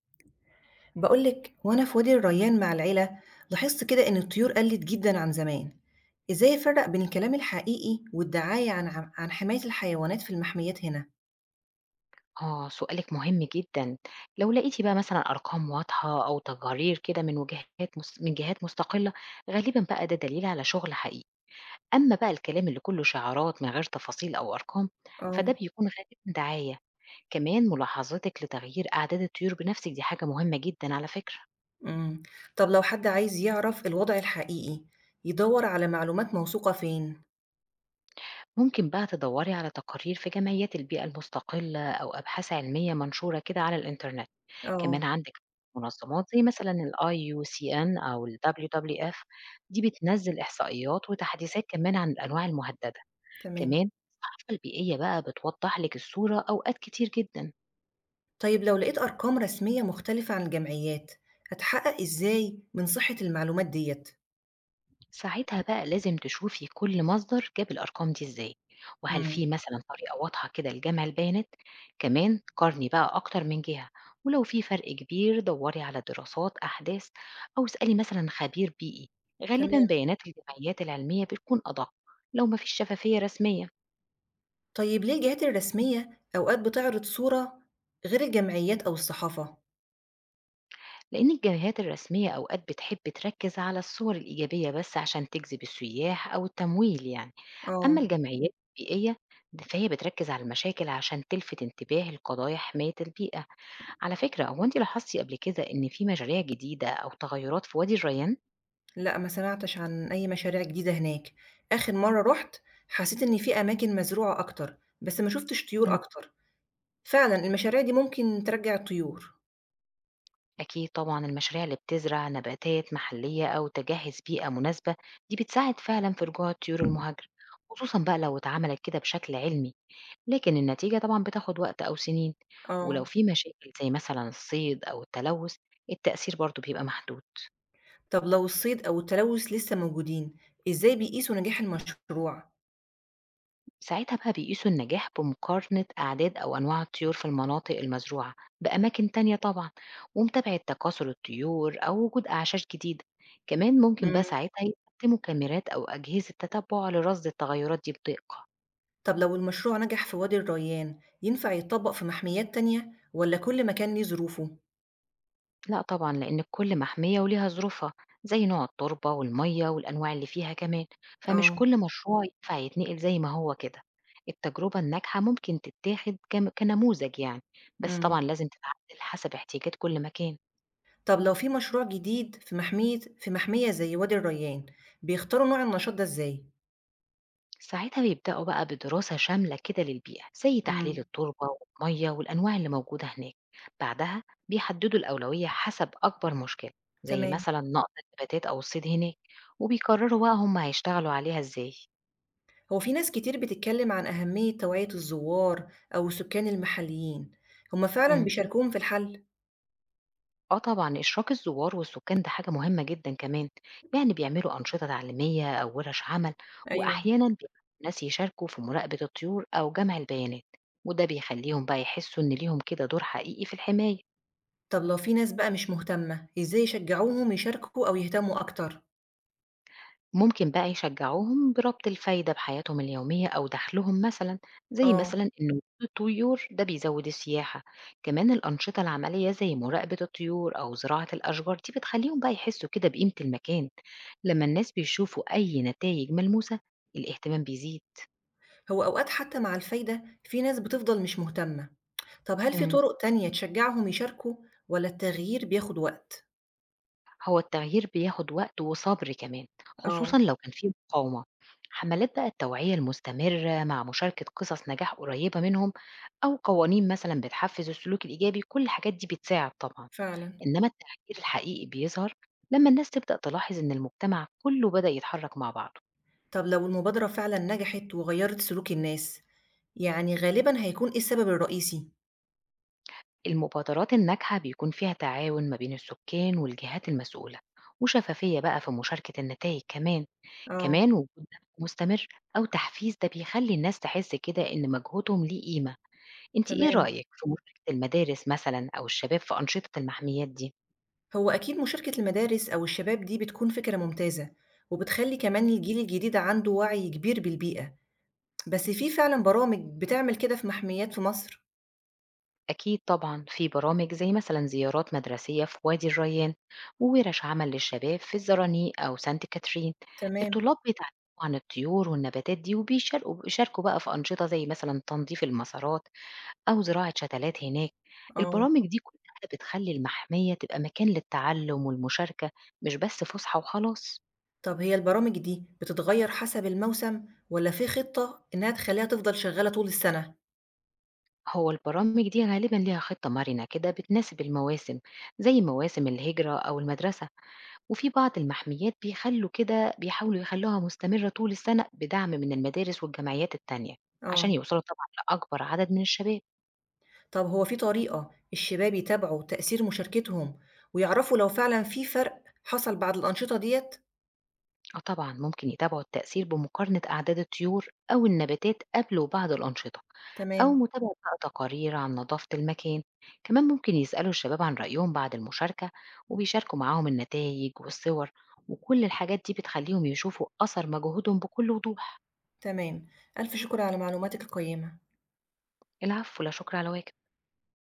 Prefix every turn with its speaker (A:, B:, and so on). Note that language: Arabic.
A: بقولك وأنا في وادي الريان مع العيلة. لاحظت كده إن الطيور قلت جدا عن زمان. إزاي أفرق بين الكلام الحقيقي والدعاية عن حماية الحيوانات في المحميات هنا؟
B: آه، سؤالِك مهم جدًا. لو لقيتِ بقى مثلًا أرقام واضحة أو تقارير كده من وجهات مس من جهات مستقلة، غالبًا بقى ده دليل على شغل حقيقي. أمّا بقى الكلام اللي كُلّه شعارات من غير تفاصيل أو أرقام، فده
A: اه.
B: بيكون غالبًا دعاية. كمان ملاحظتِك لتغيير أعداد الطيور بنفسِك دي حاجة مهمة جدًا على فكرة.
A: امم. طب لو حد عايز يعرف الوضع الحقيقي يدور على معلومات موثوقة فين؟
B: ممكن بقى تدوري على تقارير في جمعيات البيئة المستقلة أو أبحاث علمية منشورة كده على الإنترنت. كمان
A: اه.
B: عندك منظمات زي مثلا ال IUCN أو ال WWF دي بتنزل إحصائيات وتحديثات كمان عن الأنواع المهددة.
A: تمام.
B: كمان الصحافة البيئية بقى بتوضح لك الصورة أوقات كتير جدا.
A: طيب لو لقيت أرقام رسمية مختلفة عن الجمعيات أتحقق إزاي من صحة المعلومات ديت؟
B: ساعتها بقى لازم تشوفي كل مصدر جاب الأرقام دي إزاي، وهل
A: امم.
B: في مثلا طريقة واضحة كده لجمع البيانات. كمان قارني بقى أكتر من جهة، ولو في فرق كبير دوري على دراسات أحداث أو اسألي مثلا خبير بيئي. غالبا
A: تمام.
B: بيانات الجمعيات العلمية بتكون أدق لو مفيش شفافية رسمية.
A: طيب ليه الجهات الرسمية أوقات بتعرض صورة غير الجمعيات أو الصحافة؟
B: لأن الجهات الرسمية أوقات بتحب تركز على الصور الإيجابية بس عشان تجذب السياح أو التمويل يعني. أما
A: آه.
B: الجمعيات البيئية ده فهي بتركز على المشاكل عشان تلفت انتباه لقضايا حماية البيئة. على فكرة هو أنت لاحظتي قبل كده إن في مشاريع جديدة أو تغيرات في وادي الريان؟
A: لأ ما سمعتش عن أي مشاريع جديدة هناك، آخر مرة رُحت حسيت إن في أماكن مزروعة أكتر، بس ما شُفتش طيور
B: مم.
A: أكتر. فعلًا المشاريع دي ممكن ترجّع الطيور.
B: أكيد طبعا المشاريع اللي بتزرع نباتات محلية أو تجهز بيئة مناسبة دي بتساعد فعلا في رجوع الطيور المهاجرة، خصوصا بقى لو اتعملت كده بشكل علمي. لكن النتيجة طبعًا بتاخد وقت أو سنين، ولو
A: آه.
B: في مشاكل زي مثلًا الصيد أو التلوث، التأثير برضه بيبقى محدود.
A: طب لو الصيد أو التلوث لسه موجودين، إزاي بيقيسوا نجاح المشروع؟
B: ساعتها بقى بيقيسوا النجاح بمقارنة أعداد أو أنواع الطيور في المناطق المزروعة بأماكن تانية طبعًا، ومتابعة تكاثر الطيور أو وجود أعشاش جديدة، كمان ممكن بقى
A: إمم.
B: ساعتها يستخدموا كاميرات أو أجهزة تتبع لرصد التغيرات دي بدقة.
A: طب لو المشروع نجح في وادي الريان، ينفع يتطبق في محميات تانية والّا كل مكان ليه ظروفه؟
B: لأ طبعًا، لإن الكل محمية وليها ظروفها، زي نوع التربة والمَيّة والأنواع اللي فيها كمان، فمش
A: آه.
B: كل مشروع ينفع يتنقل زي ما هو كده. التجربة الناجحة ممكن تتاخد كم كنموذج يعني، بس
A: إمم.
B: طبعًا لازم تتعدل حسب احتياجات كل مكان.
A: طب لو في مشروع جديد في محمية زي وادي الريان، بيختاروا نوع النشاط ده إزاي؟
B: ساعتها بيبدأوا بقى بدراسة شاملة كده للبيئة، زي تحليل
A: إمم.
B: التربة والمَيّة والأنواع اللي موجودة هناك. بعدها بيحددوا الأولوية حسب أكبر مشكلة، زي
A: تمام.
B: مثلًا نقص النباتات أو الصيد هناك، وبيقرروا بقى هم هيشتغلوا عليها إزاي.
A: هو في ناس كتير بتتكلم عن أهمية توعية الزوار أو السكان المحليين، هما فعلًا
B: إمم.
A: بيشاركوهم في الحل؟
B: آه طبعًا، إشراك الزوار والسكان ده حاجة مهمة جدًا كمان، يعني بيعملوا أنشطة تعليمية أو ورش عمل،
A: أيوه.
B: وأحيانًا بيبقوا ناس يشاركوا في مراقبة الطيور أو جمع البيانات، وده بيخليهم بقى يحسوا إن ليهم كده دور حقيقي في الحماية.
A: طب لو في ناس بقى مش مهتمة، إزاي يشجعوهم يشاركوا أو يهتموا أكتر؟
B: ممكن بقى يشجعوهم بربط الفايدة بحياتهم اليومية أو دخلهم مثلا، زي
A: آه.
B: مثلا إن وجود الطيور ده بيزود السياحة. كمان الأنشطة العملية زي مراقبة الطيور أو زراعة الأشجار دي بتخليهم بقى يحسوا كده بقيمة المكان. لما الناس بيشوفوا أي نتائج ملموسة الاهتمام بيزيد.
A: هو أوقات حتى مع الفايدة في ناس بتفضل مش مهتمة. طب هل في
B: مم.
A: طرق تانية تشجعهم يشاركوا والّا التغيير بياخد وقت؟
B: هو التغيير بياخد وقت وصبر كمان،
A: آه.
B: خصوصًا لو كان في مقاومة. حملات بقى التوعية المستمرة مع مشاركة قصص نجاح قريبة منهم أو قوانين مثلًا بتحفز السلوك الإيجابي، كل الحاجات دي بتساعد طبعًا،
A: فعلًا.
B: إنما التغيير الحقيقي بيظهر لما الناس تبدأ تلاحظ إن المجتمع كله بدأ يتحرك مع بعضه.
A: طب لو المبادرة فعلًا نجحت وغيّرت سلوك الناس، يعني غالبًا هيكون إيه السبب الرئيسي؟
B: المبادرات الناجحة بيكون فيها تعاون ما بين السكان والجهات المسؤولة، وشفافية بقى في مشاركة النتائج كمان.
A: آه.
B: كمان وجود دعم مستمر أو تحفيز ده بيخلي الناس تحس كده إن مجهودهم ليه قيمة. أنت إيه
A: تمام.
B: رأيك في مشاركة المدارس مثلا أو الشباب في أنشطة المحميات دي؟
A: هو أكيد مشاركة المدارس أو الشباب دي بتكون فكرة ممتازة، وبتخلّي كمان الجيل الجديد عنده وعي كبير بالبيئة، بس في فعلًا برامج بتعمل كده في محميات في مصر؟
B: أكيد طبعا في برامج زي مثلا زيارات مدرسية في وادي الريان، وورش عمل للشباب في الزرانيق أو سانت كاترين.
A: تمام.
B: الطلاب بيتعلموا عن الطيور والنباتات دي، وبيشاركوا بيشاركوا بقى في أنشطة زي مثلا تنظيف المسارات أو زراعة شتلات هناك.
A: آه.
B: البرامج دي كلها بتخلي المحمية تبقى مكان للتعلم والمشاركة، مش بس فسحة وخلاص.
A: طب هي البرامج دي بتتغيّر حسب الموسم والّا في خطة إنها تخلّيها تفضل شغّالة طول السنة؟
B: هو البرامج دي غالبا ليها خطة مرنة كده بتناسب المواسم، زي مواسم الهجرة أو المدرسة. وفي بعض المحميات بيخلوا كده بيحاولوا يخلوها مستمرة طول السنة بدعم من المدارس والجمعيات التانية عشان
A: آه.
B: يوصلوا طبعا لأكبر عدد من الشباب.
A: طب هو في طريقة الشباب يتابعوا تأثير مشاركتهم ويعرفوا لو فعلا في فرق حصل بعد الأنشطة ديّة؟
B: أو طبعا ممكن يتابعوا التأثير بمقارنة أعداد الطيور أو النباتات قبل وبعد الأنشطة، أو
A: تمام.
B: متابعة بقى تقارير عن نظافة المكان. كمان ممكن يسألوا الشباب عن رأيهم بعد المشاركة، وبيشاركوا معاهم النتائج والصور، وكل الحاجات دي بتخليهم يشوفوا أثر مجهودهم بكل وضوح.
A: تمام. ألف شكر على معلوماتِك القيّمة.
B: العفو لا شكر على واجب.